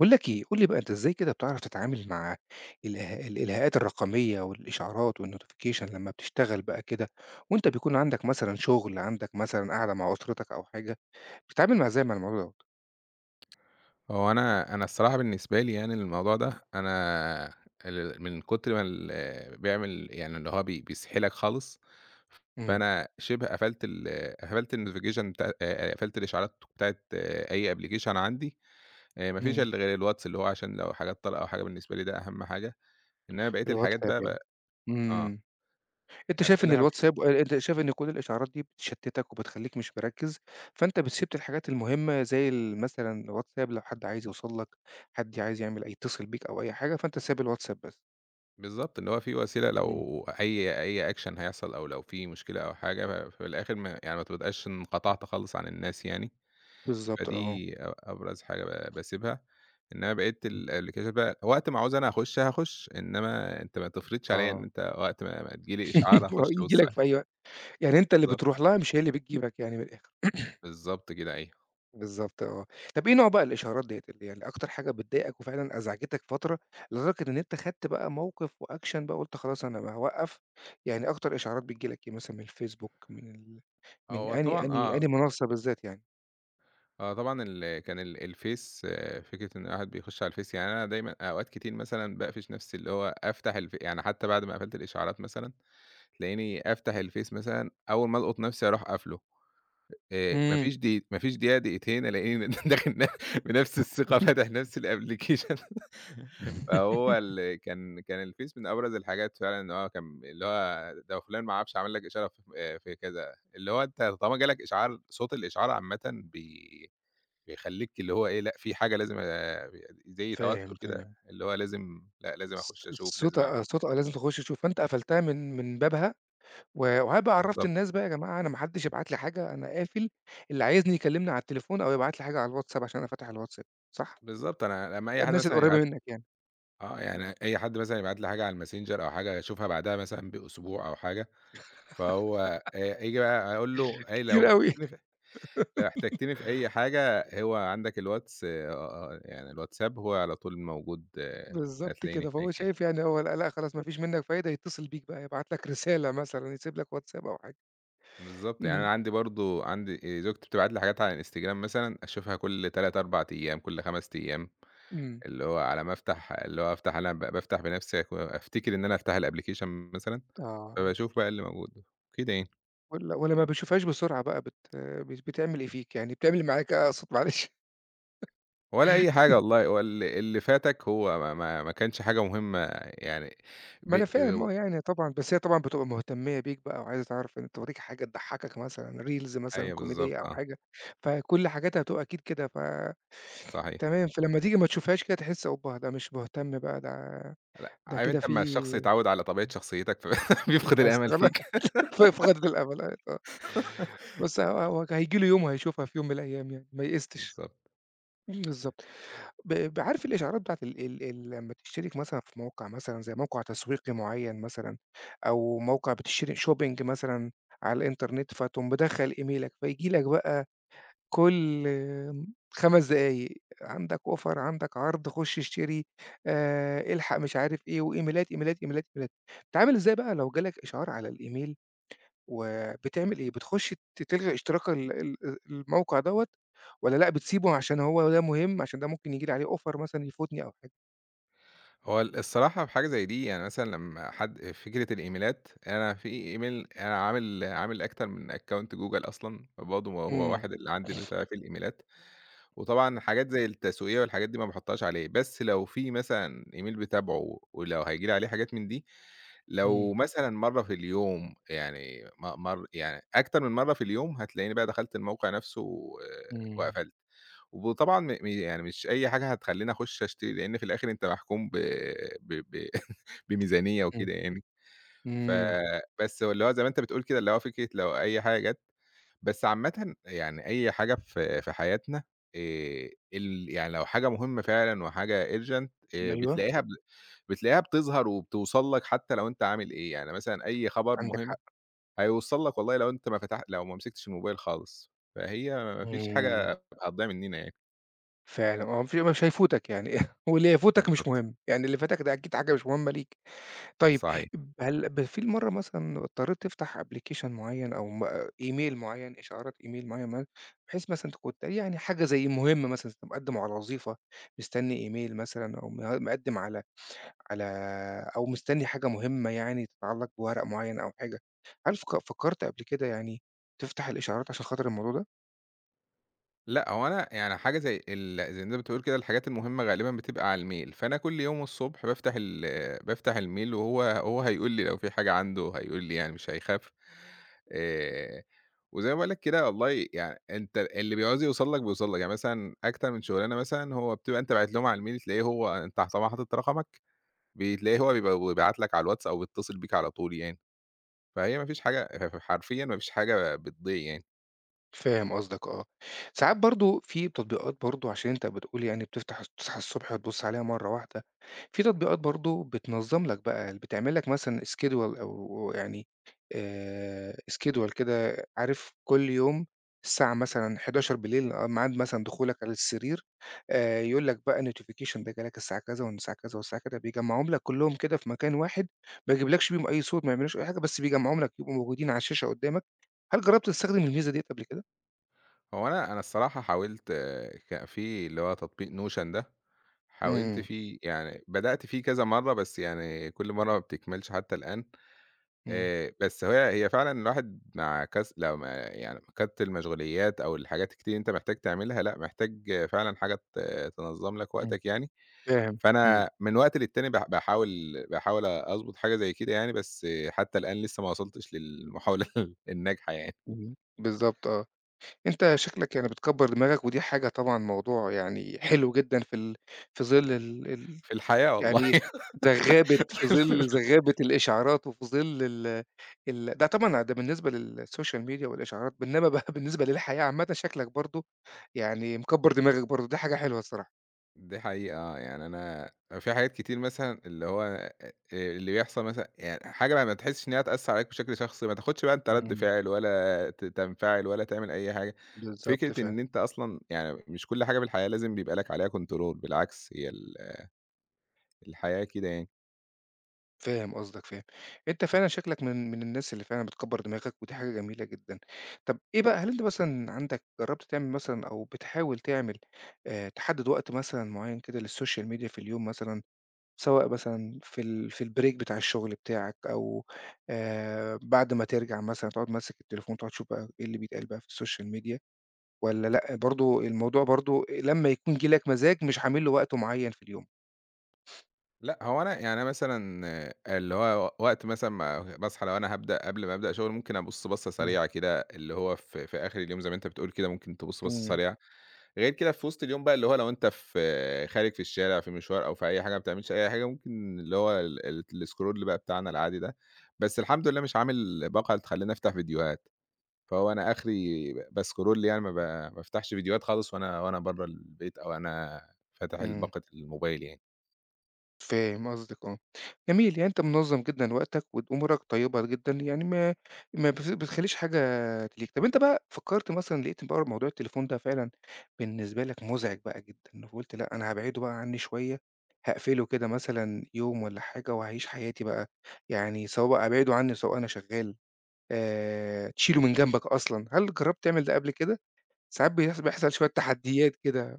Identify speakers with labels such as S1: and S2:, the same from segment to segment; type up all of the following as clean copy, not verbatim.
S1: باقول لك إيه؟ قُل لي بقى أنت إزاي كده بتعرف تتعامل مع الإلهاءات الرقمية والإشعارات والnotification لمّا بتشتغل بقى كده، وأنت بيكون عندك مثلًا شغل، عندك مثلًا قاعدة مع أسرتك أو حاجة، بتتعامل إزاي مع الموضوع دوّة؟
S2: هو أنا الصراحة بالنسبة لي يعني الموضوع ده أنا ال من كتر ما بيعمل يعني اللي هو بيسحلك خالص،
S1: إمم.
S2: فأنا شِبه قفلت الnotification بتاع قفلت الإشعارات بتاعة أي application عندي، ما فيش
S1: إمم.
S2: إلا غير الواتس اللي هو عشان لو حاجات طارئة أو حاجة، بالنسبة لي ده أهم حاجة، إنّما بقية الحاجات
S1: الواتساب
S2: بقى
S1: يعني.
S2: آه،
S1: إمم.
S2: قافلها بحيث
S1: أنت شايف إن كل الإشعارات دي بتشتتك وبتخلّيك مش مركّز، فأنت بتسيب الحاجات المهمة زي مثلًا الواتساب لو حد عايز يوصل لك، حد عايز يعمل اي يتصل بيك أو أي حاجة، فأنت سايب الواتساب بس.
S2: بالضبط، اللي هو في وسيلة
S1: إمم.
S2: لو أي action هيحصل أو لو في مشكلة أو حاجة، في الآخر ما يعني ما تبقاش انقطعت خالص عن الناس يعني.
S1: بالضبط آه.
S2: فدي أبرز حاجة باسيبها، إنما بقية الأبليكيشنات بقى وقت ما عاوز أنا هاخُش، إنما أنت ما تفرضش عليّا إن
S1: آه.
S2: أنت وقت ما تيجي لي إشعار
S1: آه،
S2: هاخُش
S1: ييجي
S2: أبُص
S1: لك
S2: عليه،
S1: في أي وقت، يعني أنت اللي بتروح
S2: بالضبط،
S1: لها مش هي اللي بتجيبك يعني من الآخر.
S2: بالضبط كده أيوه.
S1: بالضبط آه. طب إيه نوع بقى الإشعارات ديّة اللي يعني أكتر حاجة بتضايقك وفعلًا أزعجتك فترة، لدرجة إن أنت خدت بقى موقف وaction بقى قُلت خلاص أنا بقى هاوقّف. يعني أكتر إشعارات بتيجي لك إيه مثلًا؟ من الفيسبوك، من
S2: هو
S1: أنهي
S2: طبعًا
S1: أنهي
S2: آه،
S1: أنهي منصة بالذات يعني؟
S2: آه طبعًا ال كان ال الفيس آه، فكرة إن الواحد بيخُش على الفيس، يعني أنا دايمًا أوقات كتير مثلًا باقفش نَفْسي اللي هو أفتح الف يعني حتى بعد ما قفلت الإشعارات مثلًا، تلاقيني أفتح الفيس مثلًا أول ما ألقُط نَفْسي أروح قافله.
S1: إمم.
S2: ما فيش دقيقة دقيقتين ألاقيني داخل بنفس الثقة فاتح نفس الأبلكيشن فهو ال كان كان الفيس من أبرز الحاجات فعلًا، إن هو كان اللي هو ده فلان ما أعرفش عمل لك إشارة ف في كذا، اللي هو أنت طالما جالك إشعار صوت الإشعار عامةً بيخلّيك اللي هو إيه، لأ في حاجة لازم زي
S1: فاهم،
S2: توتر كده،
S1: فاهم.
S2: اللي هو لازم
S1: الص
S2: أخش أشوف،
S1: الصوت
S2: لازم
S1: آه،
S2: أعمل،
S1: الصوت آه، لازم تخش تشوف. فأنت قفلتها من بابها؟ وهابقى عرّفت
S2: بالضبط،
S1: الناس بقى يا جماعة أنا ما حدّش يبعت لي حاجة، أنا قافل. اللي عايزني يكلّمني على التليفون أو يبعت لي حاجة على الواتساب عشان أنا فاتح الواتساب، صح؟
S2: بالضبط. أنا لمّا أي حد
S1: الناس
S2: مثلًا
S1: القريّبة
S2: يبعت،
S1: منّك يعني.
S2: آه، يعني أي حد مثلًا يبعت لي حاجة على الMessenger أو حاجة أشوفها بعدها مثلًا بأسبوع أو حاجة، فهو آجي بقى أقول له أي لو
S1: كتير أوي.
S2: احتجتني في لو احتجتني في أي حاجة، هو عندك الواتس، يعني الواتساب هو على طول موجود، آه،
S1: بالضبط كده.
S2: هتلاقيني
S1: فهو
S2: هناك يعني.
S1: شايف يعني هو لأ، لأ خلاص ما فيش منّك فايدة يتصل بيك بقى، يبعت لك رسالة مثلًا، يسيب لك واتساب أو حاجة.
S2: بالضبط، يعني
S1: إمم.
S2: أنا عندي برضه، عندي زوجتي بتبعت لي حاجات على الInstagram مثلًا أشوفها كل 3، 4 أيام، كل 5 أيام،
S1: إمم.
S2: اللي هو على ما أفتح، اللي هو أفتح، أنا بافتح بنفسي، أفتكر إن أنا أفتح الapplication مثلًا،
S1: آه.
S2: فباشوف بقى اللي موجود، كده يعني.
S1: ولمّا بيشوفهاش بسرعة بقى بت بت بتعمل إيه فيك؟ يعني بتعمل إيه معاك إيه؟ أقصد معلش؟
S2: ولا أي حاجة والله، هو اللي فاتك هو ما كانش حاجة مهمة يعني
S1: ما
S2: ب
S1: أنا فاهم آه. يعني طبعًا، بس هي طبعًا بتبقى مهتمية بيك بقى وعايزة تعرف إن تورّيك حاجة تضحّكك مثلًا reels مثلًا
S2: أيوه
S1: كوميدية
S2: بالضبط
S1: أو
S2: آه،
S1: حاجة، فكل حاجاتها بتبقى أكيد كده.
S2: صحيح.
S1: تمام. فلمّا تيجي ما تشوفهاش كده تحس أوبّا ده مش مهتم بقى. ده
S2: لأ،
S1: ده
S2: عارف
S1: كده
S2: أنت
S1: في
S2: أمّا الشخص يتعوّد على طبيعة شخصيتك فبيفقد
S1: بس
S2: الأمل
S1: خلا
S2: فيك.
S1: في غاية الأمل أيوه آه. بس هو هييجي له يوم وهيشوفها في يوم من الأيام يعني، ما يئستش.
S2: بالضبط.
S1: بالضبط. ب ب عارف الإشعارات بتاعة ال ال ال لمّا تشترك مثلًا في موقع، مثلًا زي موقع تسويقي معيّن مثلًا، أو موقع بتشتري shopping مثلًا على الإنترنت، فتقوم مدخّل إيميلك، فييجي لك بقى كل 5 دقايق عندك offer، عندك عرض، خُش اشتري، الحق مش عارف إيه، وإيميلات، إيميلات، إيميلات، إيميلات. تتعامل إزاي بقى لو جالك إشعار على الإيميل وبتعمل إيه؟ بتخُش تلغي اشتراك ال ال الموقع دوّة والّا لأ بتسيبه عشان هو ده مهم، عشان ده ممكن ييجي لي عليه offer مثلًا يفوتني أو حاجة؟
S2: هو الصراحة في حاجة زي دي، يعني مثلًا لمّا حد، فكرة الإيميلات، أنا في إيميل أنا عامل أكتر من account Google أصلًا، فبرضه هو
S1: إمم.
S2: واحد اللي عندي اللي بتاع في الإيميلات. وطبعًا حاجات زي التسويقية والحاجات دي ما باحطهاش عليه، بس لو في مثلًا إيميل باتابعه ولو هييجي لي عليه حاجات من دي،
S1: إمم،
S2: لو مثلًا مرّة في اليوم يعني م مر يعني أكتر من مرّة في اليوم هتلاقيني بقى دخلت الموقع نفسه
S1: إمم،
S2: وقفلت، وطبعًا م م يعني مش أي حاجة هتخلّيني أخش أشتري، لإن في الآخر أنت محكوم ب ب ب بميزانية
S1: إمم،
S2: وكده يعني، ف
S1: إمم.
S2: بس اللي هو زي ما أنت بتقول كده، اللي هو فكرة لو أي حاجة جات، بس عامةً يعني أي حاجة في حياتنا، ال يعني لو حاجة مهمة فعلًا وحاجة urgent آآ
S1: أيوه،
S2: بتلاقيها ب بتلاقيها بتظهر وبتوصل لك حتى لو أنت عامل إيه، يعني مثلًا أي خبر
S1: عندك
S2: مهم
S1: حق.
S2: هيوصل لك والله لو أنت ما فتح لو ما مسكتش الموبايل خالص، فهي ما فيش
S1: إمم.
S2: حاجة هتضيع مننا يعني،
S1: فعلًا آه، مش هيفوتك يعني واللي يفوتك مش
S2: بالضبط،
S1: مهم. يعني اللي فاتك ده أكيد حاجة مش مهمة ليك. طيب،
S2: صحيح.
S1: هل في مرّة مثلًا اضطريت تفتح application معيّن أو إيميل معيّن، إشعارات إيميل معيّن، بحيث مثلًا أنت كنت يعني حاجة زي مهمة، مثلًا أنت مقدّم على وظيفة، مستني إيميل مثلًا أو مقدّم على على أو مستني حاجة مهمة يعني تتعلّق بورق معيّن أو حاجة، هل فكّرت قبل كده يعني تفتح الإشعارات عشان خاطر الموضوع ده؟
S2: لأ، هو أنا يعني حاجة زي زي أنت بتقول كده، الحاجات المهمة غالبًا بتبقى على الميل، فأنا كل يوم الصبح بافتح الميل، وهو هو هيقول لي لو في حاجة، عنده هيقول لي، يعني مش هيخاف، آآ، وزي ما باقول لك كده والله، يعني أنت اللي بيعوز يوصل لك بيوصل لك، يعني مثلًا أكتر من شغلانة مثلًا هو بتبقى أنت باعت لهم على الميل، تلاقيه هو، أنت طبعًا حاطط رقمك، بتلاقيه هو بيبقى بيبعت لك على الواتس أو بيتصل بيك على طول يعني، فهي ما فيش حاجة حرفيًا ما فيش حاجة بتضيع يعني.
S1: فاهم قصدك آه. ساعات برضه في تطبيقات برضه، عشان أنت بتقول يعني بتفتح تصحى الصبح تبُص عليها مرّة واحدة، في تطبيقات برضه بتنظّم لك بقى، اللي بتعمل لك مثلًا schedule، أو يعني schedule كده، عارف كل يوم الساعة مثلًا 23:00 آه، ميعاد مثلًا دخولك على السرير، يقول لك بقى notification ده جه لك الساعة كذا، ومن الساعة كذا والساعة كذا، بيجمّعهم لك كلّهم كده في مكان واحد، ما يجيبلكش بيهم أي صوت، ما يعملوش أي حاجة، بس بيجمّعهم لك يبقوا موجودين على الشاشة قدّامك. هل جرّبت تستخدم الميزة ديّة قبل كده؟
S2: هو أنا الصراحة حاولت، آه، في اللي هو تطبيق notion ده، حاولت
S1: إمم.
S2: فيه يعني بدأت فيه كذا مرّة، بس يعني كل مرّة ما بتكملش حتى الآن،
S1: إمم.
S2: بس هي فعلًا الواحد مع كس لو ما يعني كَتْر المشغوليات أو الحاجات الكتير اللي أنت محتاج تعملها، لأ محتاج فعلًا حاجة تنظّم لك
S1: إمم.
S2: وقتك يعني،
S1: فاهم. إمم.
S2: فأنا من وقت للتاني باحاول أضبط حاجة زي كده يعني، بس حتى الآن لسه ما وصلتش للمحاولة الناجحة يعني،
S1: اهم. بالضبط آه. أنت شكلك يعني بتكبّر دماغك، ودي حاجة طبعًا موضوع يعني حلو جدًا في في ظل ال ال
S2: في الحياة والله.
S1: يعني زغّابة، في ظل زغّابة الإشعارات، وفي ظل ال ال ده. طبعًا ده بالنسبة للسوشيال ميديا والإشعارات، بإنما بقى بالنسبة للحياة عامةً شكلك برضه يعني مكبّر دماغك برضه، دي حاجة حلوة الصراحة.
S2: دي حقيقة، آه، يعني أنا في حاجات كتير مثلًا اللي هو اللي بيحصل مثلًا، يعني حاجة ما تحسّش إن هي هتأثّر عليك بشكل شخصي، ما تاخدش بقى أنت رَد
S1: إمم.
S2: فعل ولا تنفعل ولا تعمل أي حاجة.
S1: بالضبط
S2: فكرة
S1: فعلًا.
S2: إن أنت أصلًا، يعني مش كل حاجة في الحياة لازم بيبقى لك عليها كنترول، بالعكس هي الحياة كده يعني.
S1: فاهم قصدك، فاهم. أنت فعلًا شكلك من الناس اللي فعلًا بتكبّر دماغك، ودي حاجة جميلة جدًا. طَب إيه بقى، هل أنت مثلًا عندك جرّبت تعمل مثلًا، أو بتحاول تعمل، تحدّد وقت مثلًا معيّن كده للسوشيال ميديا في اليوم مثلًا، سواء مثلًا في في البريك بتاع الشغل بتاعك، أو بعد ما ترجع مثلًا تقعد ماسك التليفون، تقعد تشوف بقى إيه اللي بيتقال بقى في السوشيال ميديا، والّا لأ، برضه الموضوع برضه لمّا يكون جِه لك مزاج مش عامل له وقت معيّن في اليوم؟
S2: لأ، هو أنا يعني أنا مثلًا، آه، اللي هو وقت مثلًا ما باصحى لو أنا هابدأ قبل ما أبدأ شغل ممكن أبُص بَصّة
S1: إمم،
S2: سريعة كده، اللي هو في آخر اليوم زي ما أنت بتقول كده، ممكن تبُص بَصّة
S1: إمم،
S2: سريعة، غير كده في وسط اليوم بقى، اللي هو لو أنت في خارج في الشارع، في مشوار أو في أي حاجة، ما بتعملش أي حاجة، ممكن اللي هو ال ال الscroll بقى بتاعنا العادي ده، بس الحمد لله مش عامل باقة تخلّيني أفتح فيديوهات، فهو أنا آخري بscroll يعني ما بافتحش فيديوهات خالص، وأنا برّه البيت أو أنا فاتح
S1: إمم.
S2: باقة الموبايل يعني.
S1: فاهم قصدك آه. جميل، يعني أنت منظّم جدًا وقتك وت أمورك طيبة جدًا، يعني ما بتخلّيش حاجة تليك. طب أنت بقى فكّرت مثلًا، لقيت بقى موضوع التليفون ده فعلًا بالنسبة لك مُزعِج بقى جدًا، فقُلت لأ أنا هابعده بقى عنّي شوية، هاقفله كده مثلًا يوم والّا حاجة وهاعيش حياتي بقى، يعني سواء بقى أبعده عنّي سواء أنا شغّال، تشيله من جنبك أصلًا، هل جرّبت تعمل ده قبل كده؟ ساعات بيحصل شوية تحديات كده.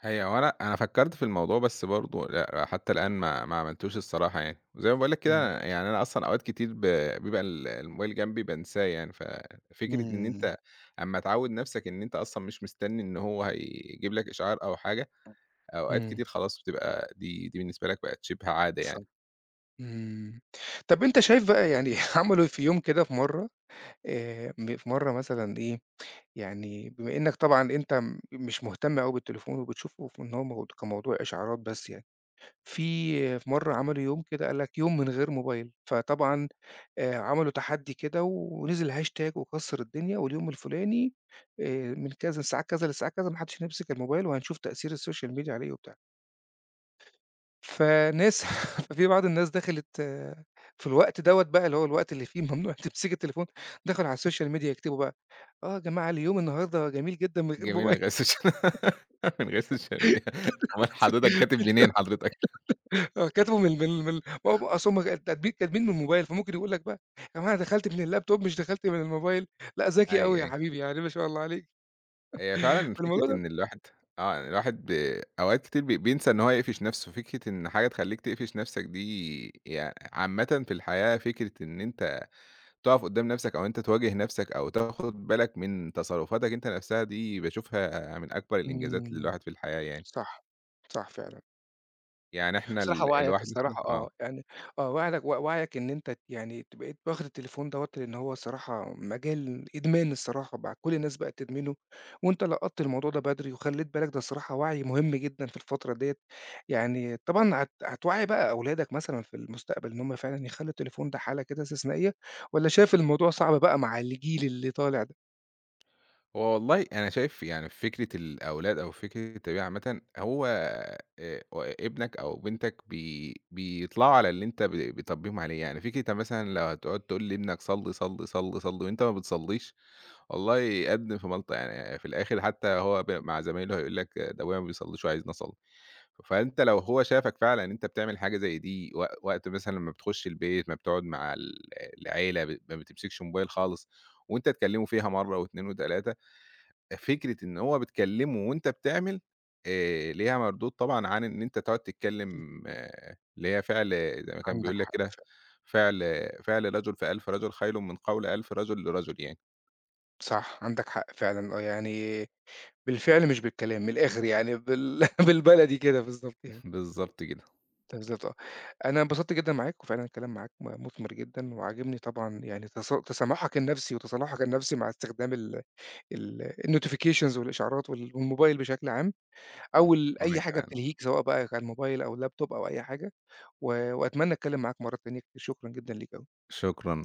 S2: هو أنا فكّرت في الموضوع بس برضه لأ، حتّى الآن ما عملتوش الصراحة يعني، وزي ما باقول لك
S1: إمم،
S2: كده يعني أنا أصلًا أوقات كتير بيبقى الموبايل جنبي بانساه يعني، ففكرة إن
S1: إمم.
S2: أنت أمّا تعوّد نَفْسك إن أنت أصلًا مش مستني إن هو هيجيب لك إشعار أو حاجة، أوقات
S1: إمم.
S2: كتير خلاص بتبقى دي بالنسبة لك بقت شِبه عادة يعني،
S1: إمم. طب أنت شايف بقى يعني عملوا إيه في يوم كده في مرّة؟ م في مرّة مثلًا إيه، يعني بما إنّك طبعًا أنت مش مهتم أوي بالتليفون، وبتشوفه في إن هو مو كموضوع إشعارات بس يعني، في مرّة عملوا يوم كده قال لك يوم من غير موبايل، فطبعًا عملوا تحدّي كده ونزل hashtag وكسّر الدنيا، واليوم الفلاني من كذا الساعة كذا للساعة كذا ما حدّش هيمسك الموبايل، وهنشوف تأثير السوشيال ميديا عليه وبتاع. فناس ففي بعض الناس دخلت آه، في الوقت دوّة بقى اللي هو الوقت اللي فيه ممنوع تمسكي التليفون، دخلوا على الSocial Media يكتبوا بقى: آه يا جماعة، اليوم النهارده جميل جدًا من غير
S2: جميل من
S1: موبايل.
S2: غير السوشيال من غير السوشيال ميديا، أومال حضرتك كاتب منين حضرتك؟
S1: آه كتبوا من ما هو أصل هُم كاتبين، كاتبين من الموبايل. فممكن يقول لك بقى: يا جماعة أنا دخلت من اللابتوب، مش دخلت من الموبايل. لأ ذكي أوي
S2: أيوه،
S1: يا
S2: أيوه.
S1: حبيبي يعني، ما شاء الله عليك.
S2: هي فعلًا
S1: فالموضوع
S2: فكرة
S1: ده.
S2: إن الواحد، يعني الواحد أوقات كتير بينسى إن هو يقفش نَفْسه، فكرة إن حاجة تخلّيك تقفش نَفْسك دي عامةً في الحياة، فكرة إن أنت تُقف قدّام نَفْسك أو أنت تواجه نَفْسك أو تاخُد بالك من تصرفاتك أنت نَفْسها، دي باشوفها من أكبر الإنجازات
S1: إمم،
S2: للواحد في الحياة يعني.
S1: صح، صح فعلًا.
S2: يعني إحنا
S1: بصراحة واعيك
S2: الواحد مثلًا
S1: الصراحة
S2: آه.
S1: آه، يعني آه، وعيك وعيك إن أنت يعني بقيت واخد التليفون دوّة، لإن هو الصراحة مجال إدمان، الصراحة بقى كل الناس بقت تدمنه، وأنت لقطت الموضوع ده بدري وخلّيت بالك. ده الصراحة وعي مهم جدًا في الفترة ديّة. يعني طبعًا هتوعّي بقى أولادك مثلًا في المستقبل إن هُم فعلًا يخلّوا التليفون ده حالة كده استثنائية، والّا شايف الموضوع صعب بقى مع الجيل اللي طالع ده؟
S2: هو والله أنا شايف يعني، فكرة الأولاد أو فكرة التربية عامةً هو آآ ابنك أو بنتك بيطلعوا على اللي أنت بتربيهم عليه، يعني فكرة أنت مثلًا لو هتقعد تقول لابنك صلِّ، صلِّ، صلِّ، صلِّ وأنت ما بتصليش، والله قدّ في ملط يعني في الآخر، حتى هو مع زمايله هيقول لك ده أبويا ما بيصليش وعايزني أصلي، فأنت لو هو شافك فعلًا أنت بتعمل حاجة زي دي، وقت مثلًا ما بتخش البيت، ما بتقعد مع العيلة، ما بتمسكش موبايل خالص، وأنت تكلمه فيها مرة و2 و3، فكرة إن هو بتكلّمه وأنت بتعمل، ليها مردود طبعًا عن إن أنت تقعد تتكلّم، آه، اللي هي فعل زي ما كان
S1: عندك
S2: بيقول لك
S1: حق.
S2: كده، فعل فعل رجل في ألف رجل خير من قول ألف رجل لرجل يعني.
S1: صح، عندك حق فعلًا آه. يعني بالفعل مش بالكلام، من الآخر يعني بال بالبلدي كده بالضبط يعني.
S2: بالضبط كده،
S1: بالضبط آه. أنا انبسطت جدًا معاك، وفعلًا الكلام معاك مثمر جدًا، وعاجبني طبعًا يعني تسامحك النفسي وتصالحك النفسي مع استخدام ال ال الnotifications والإشعارات والموبايل بشكل عام، أو
S2: وأنا
S1: أي حاجة
S2: كمان،
S1: بتلهيك، سواء بقى كان موبايل أو لابتوب أو أي حاجة. وأتمنى أتكلم معاك مرّة تانية كتير. شكرًا جدًا ليك أوي.
S2: شكرًا.